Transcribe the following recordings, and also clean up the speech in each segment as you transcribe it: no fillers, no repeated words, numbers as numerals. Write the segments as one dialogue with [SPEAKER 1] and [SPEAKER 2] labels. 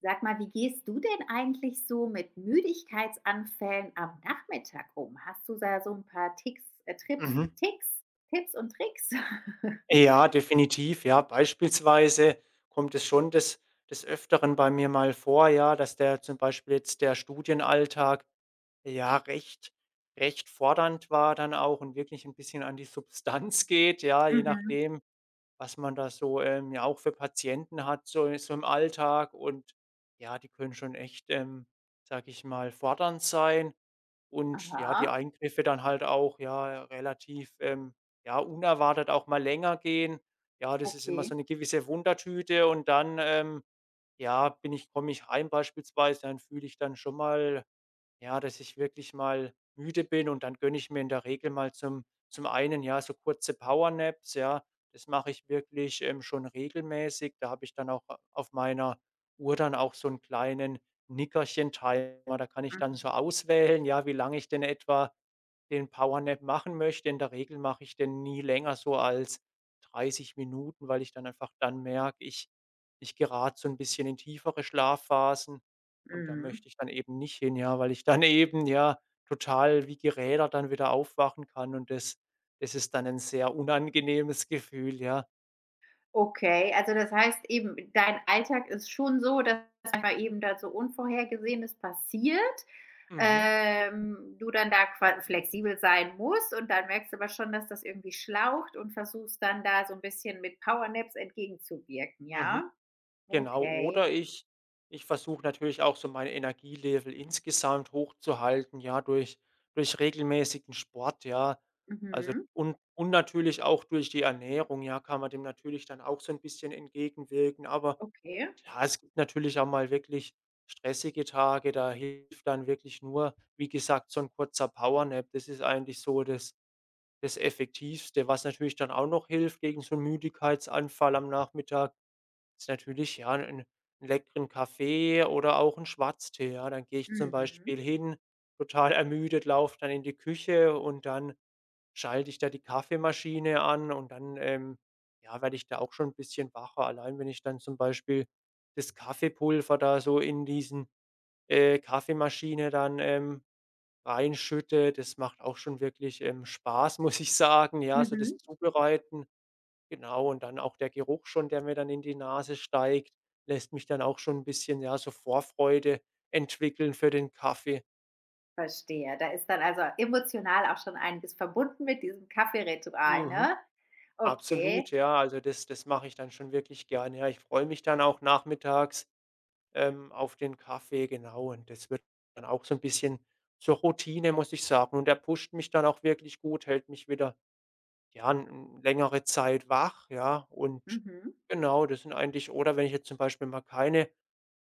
[SPEAKER 1] Sag mal, wie gehst du denn eigentlich so mit Müdigkeitsanfällen am Nachmittag um? Hast du da so ein paar Ticks Trips
[SPEAKER 2] Mhm.
[SPEAKER 1] Ticks Tipps und Tricks?
[SPEAKER 2] Ja, definitiv. Ja, beispielsweise kommt es schon des Öfteren bei mir mal vor, ja, dass der zum Beispiel jetzt der Studienalltag, ja, recht fordernd war dann auch und wirklich ein bisschen an die Substanz geht, ja, je
[SPEAKER 1] Mhm.
[SPEAKER 2] nachdem, was man da so, ja auch für Patienten hat, so im Alltag und ja, die können schon echt, sage ich mal, fordernd sein. Und ja,
[SPEAKER 1] Aha,
[SPEAKER 2] die Eingriffe dann halt auch, ja, relativ, ja, unerwartet auch mal länger gehen. Ja, das ist immer
[SPEAKER 1] okay.
[SPEAKER 2] so eine gewisse Wundertüte und dann, ja, bin ich komme ich heim beispielsweise, dann fühle ich dann schon mal ja, dass ich wirklich mal müde bin und dann gönne ich mir in der Regel mal zum einen, ja, so kurze Powernaps, ja. Das mache ich wirklich, schon regelmäßig. Da habe ich dann auch auf meiner Uhr dann auch so einen kleinen Nickerchen-Timer. Da kann ich dann
[SPEAKER 1] Mhm.
[SPEAKER 2] so auswählen, ja, wie lange ich denn etwa den Powernap machen möchte. In der Regel mache ich den nie länger so als 30 Minuten, weil ich dann einfach dann merke, ich gerate so ein bisschen in tiefere Schlafphasen und da
[SPEAKER 1] Mhm.
[SPEAKER 2] möchte ich dann eben nicht hin, ja, weil ich dann eben, ja, total wie gerädert dann wieder aufwachen kann und das ist dann ein sehr unangenehmes Gefühl, ja.
[SPEAKER 1] Okay, also das heißt eben, dein Alltag ist schon so, dass manchmal eben da so Unvorhergesehenes passiert,
[SPEAKER 2] Mhm.
[SPEAKER 1] du dann da qua flexibel sein musst und dann merkst du aber schon, dass das irgendwie schlaucht und versuchst dann da so ein bisschen mit Powernaps entgegenzuwirken,
[SPEAKER 2] Mhm.
[SPEAKER 1] ja?
[SPEAKER 2] Genau,
[SPEAKER 1] Okay.
[SPEAKER 2] oder ich versuche natürlich auch so mein Energielevel insgesamt hochzuhalten, ja, durch regelmäßigen Sport, ja. Also,
[SPEAKER 1] Mhm.
[SPEAKER 2] und natürlich auch durch die Ernährung, ja, kann man dem natürlich dann auch so ein bisschen entgegenwirken. Aber
[SPEAKER 1] Okay.
[SPEAKER 2] klar, es gibt natürlich auch mal wirklich stressige Tage, da hilft dann wirklich nur, wie gesagt, so ein kurzer Power Nap. Das ist eigentlich so das Effektivste, was natürlich dann auch noch hilft gegen so einen Müdigkeitsanfall am Nachmittag. Ist natürlich, ja, 'n leckeren Kaffee oder auch 'n Schwarztee, ja. Dann gehe ich zum
[SPEAKER 1] Mhm.
[SPEAKER 2] Beispiel hin, total ermüdet, laufe dann in die Küche und dann schalte ich da die Kaffeemaschine an und dann, ja, werde ich da auch schon 'n bisschen wacher. Allein wenn ich dann zum Beispiel das Kaffeepulver da so in Kaffeemaschine dann, reinschütte, das macht auch schon wirklich, Spaß, muss ich sagen, ja, so das
[SPEAKER 1] Mhm.
[SPEAKER 2] Zubereiten. Genau, und dann auch der Geruch schon, der mir dann in die Nase steigt, lässt mich dann auch schon ein bisschen, ja, so Vorfreude entwickeln für den Kaffee.
[SPEAKER 1] Verstehe. Da ist dann also emotional auch schon einiges verbunden mit diesem Kaffeeritual,
[SPEAKER 2] Mhm,
[SPEAKER 1] ne? Okay.
[SPEAKER 2] absolut, ja. Also, das mache ich dann schon wirklich gerne. Ja, ich freue mich dann auch nachmittags, auf den Kaffee, genau. Und das wird dann auch so ein bisschen zur Routine, muss ich sagen. Und er pusht mich dann auch wirklich gut, hält mich wieder ja, 'n längere Zeit wach, ja, und
[SPEAKER 1] Mhm.
[SPEAKER 2] genau, das sind eigentlich oder wenn ich jetzt zum Beispiel mal keine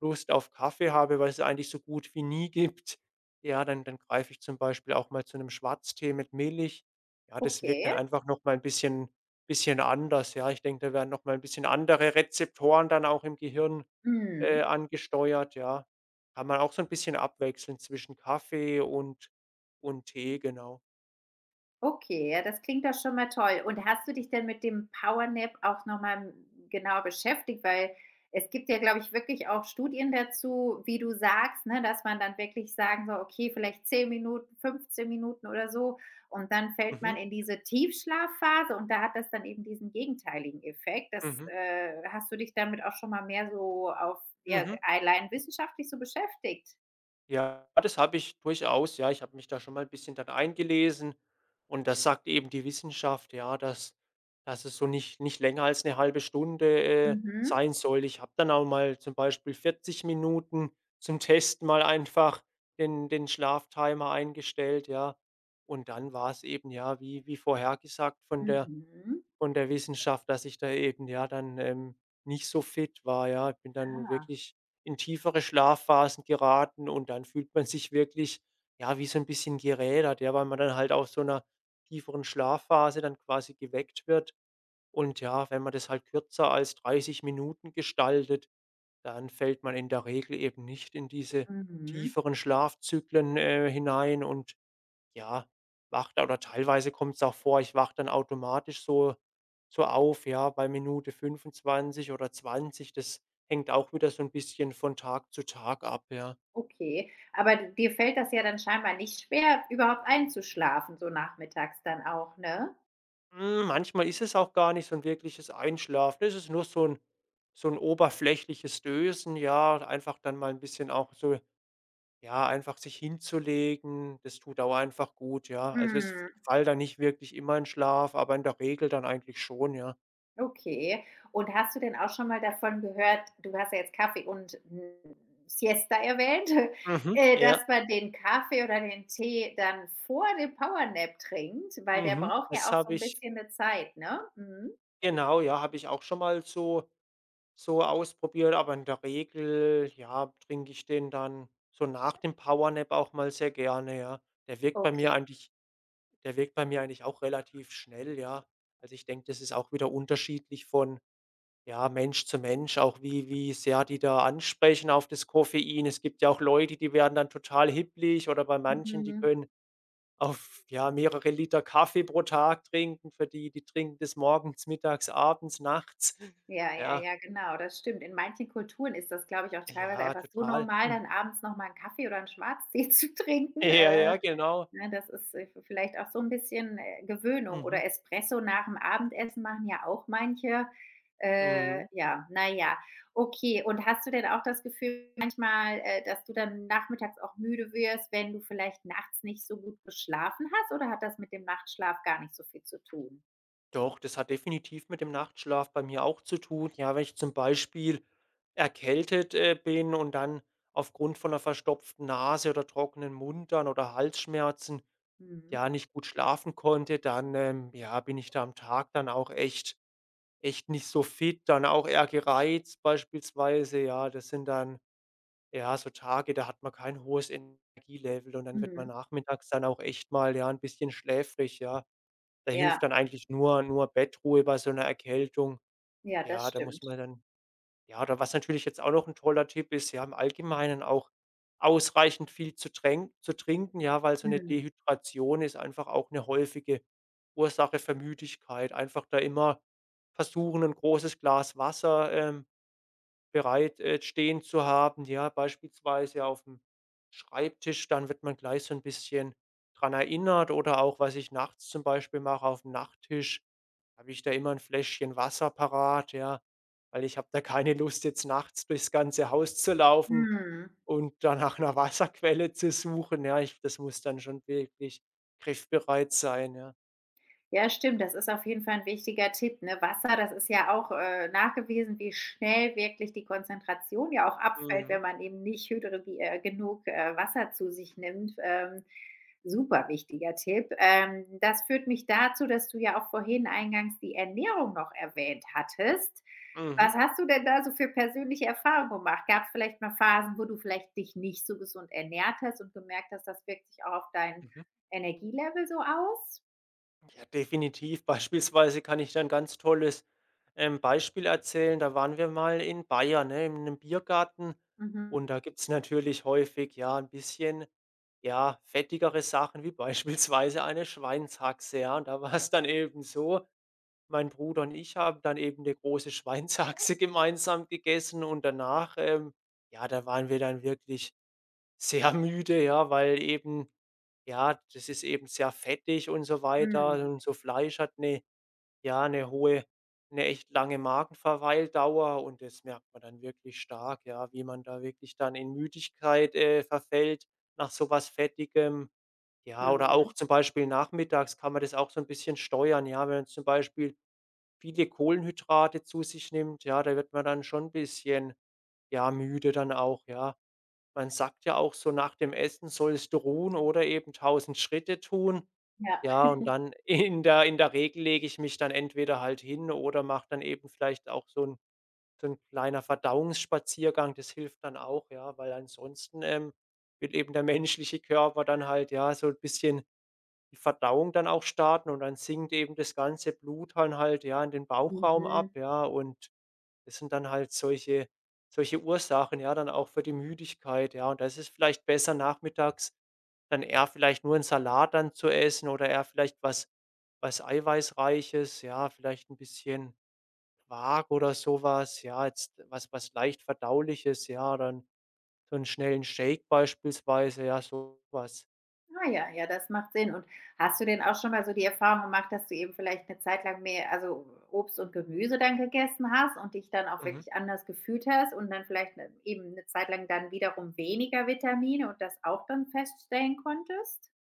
[SPEAKER 2] Lust auf Kaffee habe, weil es eigentlich so gut wie nie gibt, ja, dann greife ich zum Beispiel auch mal zu einem Schwarztee mit Milch. Ja, das wirkt dann
[SPEAKER 1] Okay.
[SPEAKER 2] einfach noch mal 'n bisschen anders, ja. Ich denke, da werden noch mal 'n bisschen andere Rezeptoren dann auch im Gehirn,
[SPEAKER 1] Mhm.
[SPEAKER 2] angesteuert, ja. Kann man auch so ein bisschen abwechseln zwischen Kaffee und Tee, genau.
[SPEAKER 1] Okay, ja, das klingt doch schon mal toll. Und hast du dich denn mit dem Power Nap auch noch mal, hm, genauer beschäftigt? Weil es gibt ja, glaube ich, wirklich auch Studien dazu, wie du sagst, ne, dass man dann wirklich sagen soll: „Okay, vielleicht 10 Minuten, 15 Minuten oder so“, und dann fällt
[SPEAKER 2] Mhm,
[SPEAKER 1] man in diese Tiefschlafphase und da hat das dann eben diesen gegenteiligen Effekt.
[SPEAKER 2] mhm,
[SPEAKER 1] Hast du dich damit auch schon mal mehr so auf, ja,
[SPEAKER 2] mhm.
[SPEAKER 1] allein wissenschaftlich so beschäftigt?
[SPEAKER 2] Ja, das habe ich durchaus. Ja, ich habe mich da schon mal ein bisschen dann eingelesen und das sagt eben die Wissenschaft, ja, dass es so nicht länger als eine halbe Stunde,
[SPEAKER 1] Mhm,
[SPEAKER 2] sein soll. Ich habe dann auch mal zum Beispiel 40 Minuten zum Testen mal einfach den Schlaftimer eingestellt, ja. Und dann war es eben, ja, wie vorhergesagt von der
[SPEAKER 1] mhm.
[SPEAKER 2] von der Wissenschaft, dass ich da eben, ja, dann, nicht so fit war, ja. Ich bin dann
[SPEAKER 1] Ah,
[SPEAKER 2] wirklich in tiefere Schlafphasen geraten und dann fühlt man sich wirklich, ja, wie so ein bisschen gerädert, ja, weil man dann halt aus so einer tieferen Schlafphase dann quasi geweckt wird. Und ja, wenn man das halt kürzer als 30 Minuten gestaltet, dann fällt man in der Regel eben nicht in diese
[SPEAKER 1] mhm.
[SPEAKER 2] tieferen Schlafzyklen, hinein und ja, wache da oder teilweise kommt es auch vor, ich wache dann automatisch so auf, ja, bei Minute 25 oder 20. Das hängt auch wieder so ein bisschen von Tag zu Tag ab, ja.
[SPEAKER 1] Okay, aber dir fällt das ja dann scheinbar nicht schwer, überhaupt einzuschlafen, so nachmittags dann auch, ne?
[SPEAKER 2] Hm, manchmal ist es auch gar nicht so ein wirkliches Einschlafen. Es ist nur so ein oberflächliches Dösen, ja, einfach dann mal ein bisschen auch so ja, einfach sich hinzulegen, das tut auch einfach gut, ja. Also, es
[SPEAKER 1] Mhm,
[SPEAKER 2] ich falle da nicht wirklich immer in Schlaf, aber in der Regel dann eigentlich schon, ja.
[SPEAKER 1] okay. Und hast du denn auch schon mal davon gehört, du hast ja jetzt Kaffee und, hm, Siesta erwähnt,
[SPEAKER 2] Mhm, ja.
[SPEAKER 1] dass man den Kaffee oder den Tee dann vor dem Powernap trinkt, weil der
[SPEAKER 2] Mhm.
[SPEAKER 1] braucht
[SPEAKER 2] Das
[SPEAKER 1] ja auch so
[SPEAKER 2] habe
[SPEAKER 1] ein
[SPEAKER 2] ich
[SPEAKER 1] bisschen eine Zeit, ne? Mhm.
[SPEAKER 2] genau, ja, habe ich auch schon mal so ausprobiert, aber in der Regel, ja, trinke ich den dann so nach dem Power Nap auch mal sehr gerne, ja. Der wirkt bei mir
[SPEAKER 1] Okay.
[SPEAKER 2] eigentlich Der wirkt bei mir eigentlich auch relativ schnell, ja. Also, ich denke, das ist auch wieder unterschiedlich von, ja, Mensch zu Mensch, auch wie sehr die da ansprechen auf das Koffein. Es gibt ja auch Leute, die werden dann total hibbelig oder bei manchen, die
[SPEAKER 1] Mhm.
[SPEAKER 2] können auf, ja, mehrere Liter Kaffee pro Tag trinken. Für die, die trinken das morgens, mittags, abends, nachts.
[SPEAKER 1] Ja, ja,
[SPEAKER 2] Ja,
[SPEAKER 1] ja, genau, das stimmt. In manchen Kulturen ist das, glaube ich, auch teilweise
[SPEAKER 2] ja,
[SPEAKER 1] einfach so
[SPEAKER 2] total.
[SPEAKER 1] normal, dann
[SPEAKER 2] Mhm.
[SPEAKER 1] abends noch mal 'n Kaffee oder einen Schwarztee zu trinken.
[SPEAKER 2] Ja,
[SPEAKER 1] Äh,
[SPEAKER 2] ja, genau.
[SPEAKER 1] ne, das ist, vielleicht auch so ein bisschen, Gewöhnung
[SPEAKER 2] Mhm.
[SPEAKER 1] oder Espresso nach dem Abendessen machen ja auch manche.
[SPEAKER 2] Mhm.
[SPEAKER 1] Ja, na ja. Okay, und hast du denn auch das Gefühl manchmal, dass du dann nachmittags auch müde wirst, wenn du vielleicht nachts nicht so gut geschlafen hast, oder hat das mit dem Nachtschlaf gar nicht so viel zu tun?
[SPEAKER 2] Doch, das hat definitiv mit dem Nachtschlaf bei mir auch zu tun. Ja, wenn ich zum Beispiel erkältet, bin und dann aufgrund von einer verstopften Nase oder trockenen Mund dann oder Halsschmerzen,
[SPEAKER 1] Mhm.
[SPEAKER 2] ja, nicht gut schlafen konnte, dann, ja, bin ich da am Tag dann auch echt nicht so fit, dann auch eher gereizt beispielsweise, ja. Das sind dann, ja, so Tage, da hat man kein hohes Energielevel und dann wird man
[SPEAKER 1] Mhm.
[SPEAKER 2] nachmittags dann auch echt mal, ja, ein bisschen schläfrig, ja. Da
[SPEAKER 1] Ja,
[SPEAKER 2] hilft dann eigentlich nur Bettruhe bei so einer Erkältung.
[SPEAKER 1] ja, das
[SPEAKER 2] Ja, da muss
[SPEAKER 1] stimmt.
[SPEAKER 2] man dann ja, oder was natürlich jetzt auch noch ein toller Tipp ist, ja, im Allgemeinen auch ausreichend viel zu trinken, ja, weil so eine
[SPEAKER 1] Mhm.
[SPEAKER 2] Dehydration ist einfach auch eine häufige Ursache für Müdigkeit. Einfach da immer versuchen, ein großes Glas Wasser, bereit, stehen zu haben. Ja, beispielsweise auf dem Schreibtisch, dann wird man gleich so ein bisschen dran erinnert oder auch, was ich nachts zum Beispiel mache, auf dem Nachttisch habe ich da immer ein Fläschchen Wasser parat, ja, weil ich habe da keine Lust, jetzt nachts durchs ganze Haus zu laufen
[SPEAKER 1] Mhm.
[SPEAKER 2] und da nach 'ner Wasserquelle zu suchen. Ja, ich das muss dann schon wirklich griffbereit sein, ja.
[SPEAKER 1] Ja, stimmt, das ist auf jeden Fall ein wichtiger Tipp, ne? Wasser, das ist ja auch, nachgewiesen, wie schnell wirklich die Konzentration ja auch abfällt,
[SPEAKER 2] Mhm,
[SPEAKER 1] wenn man eben nicht hydri genug, Wasser zu sich nimmt. Super wichtiger Tipp. Das führt mich dazu, dass du ja auch vorhin eingangs die Ernährung noch erwähnt hattest.
[SPEAKER 2] mhm.
[SPEAKER 1] Was hast du denn da so für persönliche Erfahrungen gemacht? Gab es vielleicht mal Phasen, wo du vielleicht dich nicht so gesund ernährt hast und gemerkt hast, das wirkt sich auch auf dein
[SPEAKER 2] Mhm.
[SPEAKER 1] Energielevel so aus?
[SPEAKER 2] Ja, definitiv. Beispielsweise kann ich da 'n ganz tolles, Beispiel erzählen. Da waren wir mal in Bayern, ne, in einem Biergarten
[SPEAKER 1] Mhm.
[SPEAKER 2] und da gibt's natürlich häufig, ja, ein bisschen, ja, fettigere Sachen wie beispielsweise eine Schweinshaxe, ja. Und da war es dann eben so, mein Bruder und ich haben dann eben eine große Schweinshaxe gemeinsam gegessen und danach, ja, da waren wir dann wirklich sehr müde, ja, weil eben ja, das ist eben sehr fettig und so weiter.
[SPEAKER 1] Mhm,
[SPEAKER 2] Und so Fleisch hat eine ja, eine hohe eine echt lange Magenverweildauer und das merkt man dann wirklich stark, ja, wie man da wirklich dann in Müdigkeit, verfällt nach sowas Fettigem. Ja, oder
[SPEAKER 1] mhm.
[SPEAKER 2] auch zum Beispiel nachmittags kann man das auch so ein bisschen steuern, ja, wenn man zum Beispiel viele Kohlenhydrate zu sich nimmt, ja, da wird man dann schon ein bisschen, ja, müde dann auch, ja. Man sagt ja auch so, nach dem Essen sollst du ruhen oder eben 1.000 Schritte tun.
[SPEAKER 1] Ja.
[SPEAKER 2] Ja, und dann in der Regel lege ich mich dann entweder halt hin oder mache dann eben vielleicht auch so ein kleiner Verdauungsspaziergang. Das hilft dann auch, ja, weil ansonsten, will eben der menschliche Körper dann halt, ja, so ein bisschen die Verdauung dann auch starten und dann sinkt eben das ganze Blut dann halt, ja, in den Bauchraum
[SPEAKER 1] Mhm.
[SPEAKER 2] ab, ja, und das sind dann halt solche Ursachen, ja, dann auch für die Müdigkeit, ja. Und da ist es vielleicht besser, nachmittags dann eher vielleicht nur 'n Salat dann zu essen oder eher vielleicht was Eiweißreiches, ja, vielleicht ein bisschen Quark oder sowas ja, jetzt was was leicht Verdauliches, ja, dann so einen schnellen Shake beispielsweise, ja, sowas.
[SPEAKER 1] Ah ja, ja, das macht Sinn. Und hast du denn auch schon mal so die Erfahrung gemacht, dass du eben vielleicht eine Zeit lang mehr, also, Obst und Gemüse dann gegessen hast und dich dann auch
[SPEAKER 2] Mhm.
[SPEAKER 1] wirklich anders gefühlt hast und dann vielleicht 'ne eben eine Zeit lang dann wiederum weniger Vitamine und das auch dann feststellen konntest?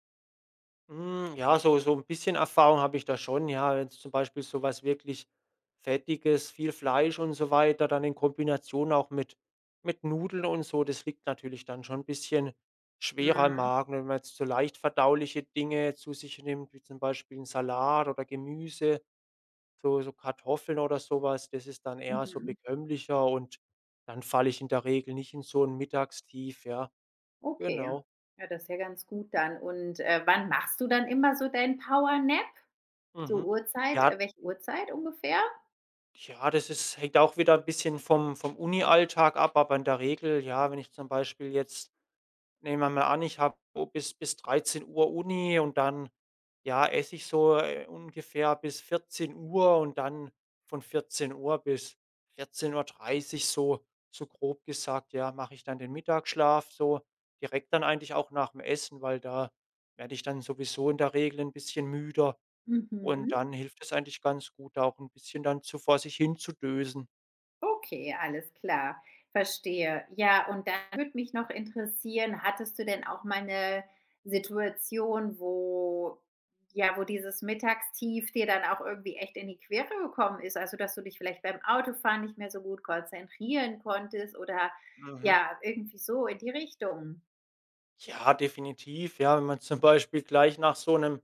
[SPEAKER 2] Hm, ja, so ein bisschen Erfahrung habe ich da schon, ja. Jetzt zum Beispiel so was wirklich Fettiges, viel Fleisch und so weiter, dann in Kombination auch mit Nudeln und so, das liegt natürlich dann schon 'n bisschen schwerer im
[SPEAKER 1] Mhm,
[SPEAKER 2] Magen. Wenn man jetzt so leicht verdauliche Dinge zu sich nimmt, wie zum Beispiel 'n Salat oder Gemüse, so Kartoffeln oder sowas, das ist dann eher so
[SPEAKER 1] mhm.
[SPEAKER 2] bekömmlicher und dann falle ich in der Regel nicht in so ein Mittagstief, ja.
[SPEAKER 1] Okay.
[SPEAKER 2] Genau.
[SPEAKER 1] Ja, das ist ja ganz gut dann. Und, wann machst du dann immer so deinen Power Nap? So
[SPEAKER 2] Mhm.
[SPEAKER 1] Uhrzeit
[SPEAKER 2] Ja,
[SPEAKER 1] welche Uhrzeit ungefähr?
[SPEAKER 2] ja, das ist hängt auch wieder 'n bisschen vom Uni-Alltag ab, aber in der Regel, ja, wenn ich zum Beispiel jetzt nehmen wir mal an, ich habe bis Uhr Uni und dann, ja, esse ich so, ungefähr bis 14 Uhr und dann von 14 Uhr bis 14:30 so grob gesagt, ja, mache ich dann den Mittagsschlaf so direkt dann eigentlich auch nach dem Essen, weil da werde ich dann sowieso in der Regel ein bisschen müder. Und
[SPEAKER 1] Mhm.
[SPEAKER 2] dann hilft es eigentlich ganz gut, da auch ein bisschen dann so vor sich hin zu dösen.
[SPEAKER 1] Okay, alles klar, verstehe. Ja, und dann würde mich noch interessieren, hattest du denn auch mal eine Situation, wo, ja, wo dieses Mittagstief dir dann auch irgendwie echt in die Quere gekommen ist? Also, dass du dich vielleicht beim Autofahren nicht mehr so gut konzentrieren konntest oder,
[SPEAKER 2] Mhm.
[SPEAKER 1] ja, irgendwie so in die Richtung?
[SPEAKER 2] Ja, definitiv, ja, wenn man zum Beispiel gleich nach so einem,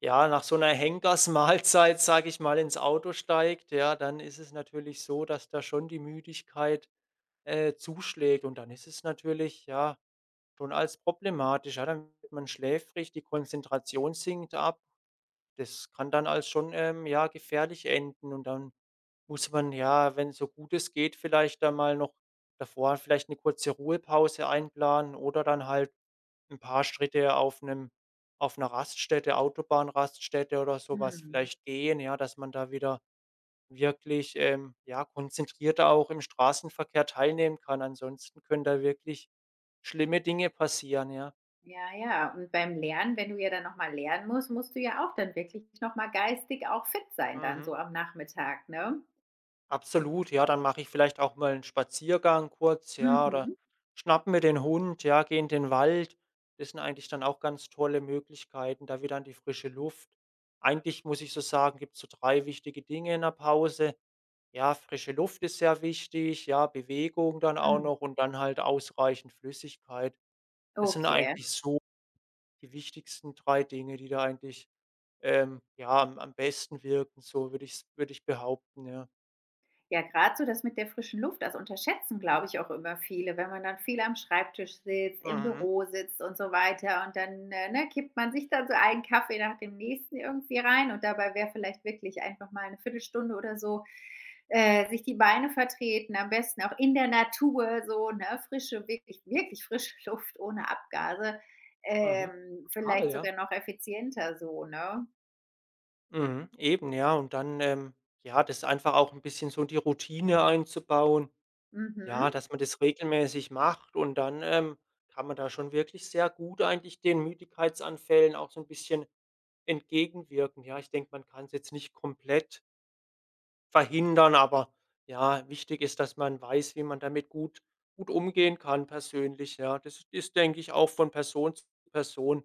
[SPEAKER 2] ja, nach so einer Henkersmahlzeit, sage ich mal, ins Auto steigt, ja, dann ist es natürlich so, dass da schon die Müdigkeit, zuschlägt und dann ist es natürlich, ja, schon als problematisch, ja, dann wird man schläfrig, die Konzentration sinkt ab. Das kann dann als schon, ja, gefährlich enden und dann muss man ja, wenn so gut es geht, vielleicht dann mal noch davor vielleicht eine kurze Ruhepause einplanen oder dann halt ein paar Schritte auf einer Raststätte, Autobahnraststätte oder sowas
[SPEAKER 1] Mhm.
[SPEAKER 2] vielleicht gehen, ja, dass man da wieder wirklich, ja, konzentrierter auch im Straßenverkehr teilnehmen kann. Ansonsten können da wirklich schlimme Dinge passieren, ja.
[SPEAKER 1] Ja, ja. Und beim Lernen, wenn du ja dann noch mal lernen musst, musst du ja auch dann wirklich noch mal geistig auch fit sein dann so
[SPEAKER 2] Mhm.
[SPEAKER 1] am Nachmittag, ne?
[SPEAKER 2] Absolut, ja, dann mache ich vielleicht auch mal einen Spaziergang kurz, ja, oder
[SPEAKER 1] Mhm.
[SPEAKER 2] schnappe mir den Hund, ja, gehe in den Wald. Das sind eigentlich dann auch ganz tolle Möglichkeiten, da wieder an die frische Luft. Eigentlich muss ich so sagen, gibt's so 3 wichtige Dinge in der Pause. Ja, frische Luft ist sehr wichtig, ja, Bewegung dann auch
[SPEAKER 1] Mhm.
[SPEAKER 2] noch und dann halt ausreichend Flüssigkeit. Das sind
[SPEAKER 1] Okay.
[SPEAKER 2] eigentlich so die wichtigsten 3 Dinge, die da eigentlich, ja, am besten wirken, so würde ich behaupten, ja.
[SPEAKER 1] Ja, gerade so das mit der frischen Luft, das unterschätzen, glaube ich, auch immer viele, wenn man dann viel am Schreibtisch sitzt, im
[SPEAKER 2] Mhm.
[SPEAKER 1] Büro sitzt und so weiter und dann, ne, kippt man sich dann so einen Kaffee nach dem nächsten irgendwie rein und dabei wäre vielleicht wirklich einfach mal eine Viertelstunde oder so, sich die Beine vertreten, am besten auch in der Natur so, ne, frische wirklich frische Luft ohne Abgase,
[SPEAKER 2] Mhm. Total,
[SPEAKER 1] vielleicht
[SPEAKER 2] ja.
[SPEAKER 1] sogar noch effizienter so, ne?
[SPEAKER 2] Mhm. Eben, ja. Und dann, ja, das einfach auch ein bisschen so die Routine einzubauen, ja,
[SPEAKER 1] Mhm.
[SPEAKER 2] dass man das regelmäßig macht und dann, kann man da schon wirklich sehr gut eigentlich den Müdigkeitsanfällen auch so ein bisschen entgegenwirken. Ja, ich denke, man kann es jetzt nicht komplett verhindern, aber ja, wichtig ist, dass man weiß, wie man damit gut umgehen kann persönlich, ja. Das ist, denke ich, auch von Person zu Person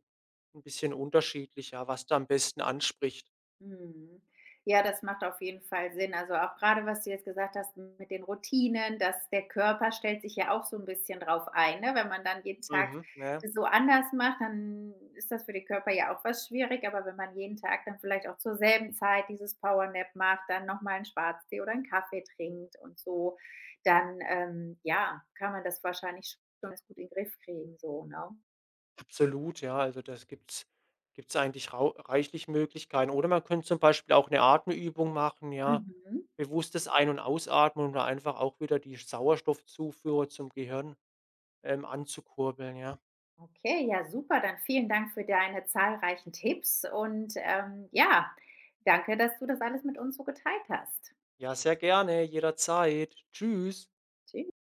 [SPEAKER 2] ein bisschen unterschiedlich, ja, was da am besten anspricht.
[SPEAKER 1] Mhm. Ja, das macht auf jeden Fall Sinn. Also auch gerade, was du jetzt gesagt hast mit den Routinen, dass der Körper stellt sich ja auch so ein bisschen drauf ein, ne? Wenn man dann jeden Tag
[SPEAKER 2] Mhm, ja,
[SPEAKER 1] das so anders macht, dann ist das für den Körper ja auch was schwierig, aber wenn man jeden Tag dann vielleicht auch zur selben Zeit dieses Power Nap macht, dann noch mal 'n Schwarztee oder einen Kaffee trinkt und so, dann, ja, kann man das wahrscheinlich schon ganz gut in den Griff kriegen so, ne?
[SPEAKER 2] absolut, ja. Also, das gibt's eigentlich rau reichlich Möglichkeiten. Oder man könnte zum Beispiel auch eine Atemübung machen, ja.
[SPEAKER 1] Mhm.
[SPEAKER 2] Bewusstes Ein und Ausatmen, um da einfach auch wieder die Sauerstoffzufuhr zum Gehirn, anzukurbeln, ja.
[SPEAKER 1] Okay, ja, super. Dann vielen Dank für deine zahlreichen Tipps und ja, danke, dass du das alles mit uns so geteilt hast.
[SPEAKER 2] Ja, sehr gerne, jederzeit. Tschüss.
[SPEAKER 1] Tschüss.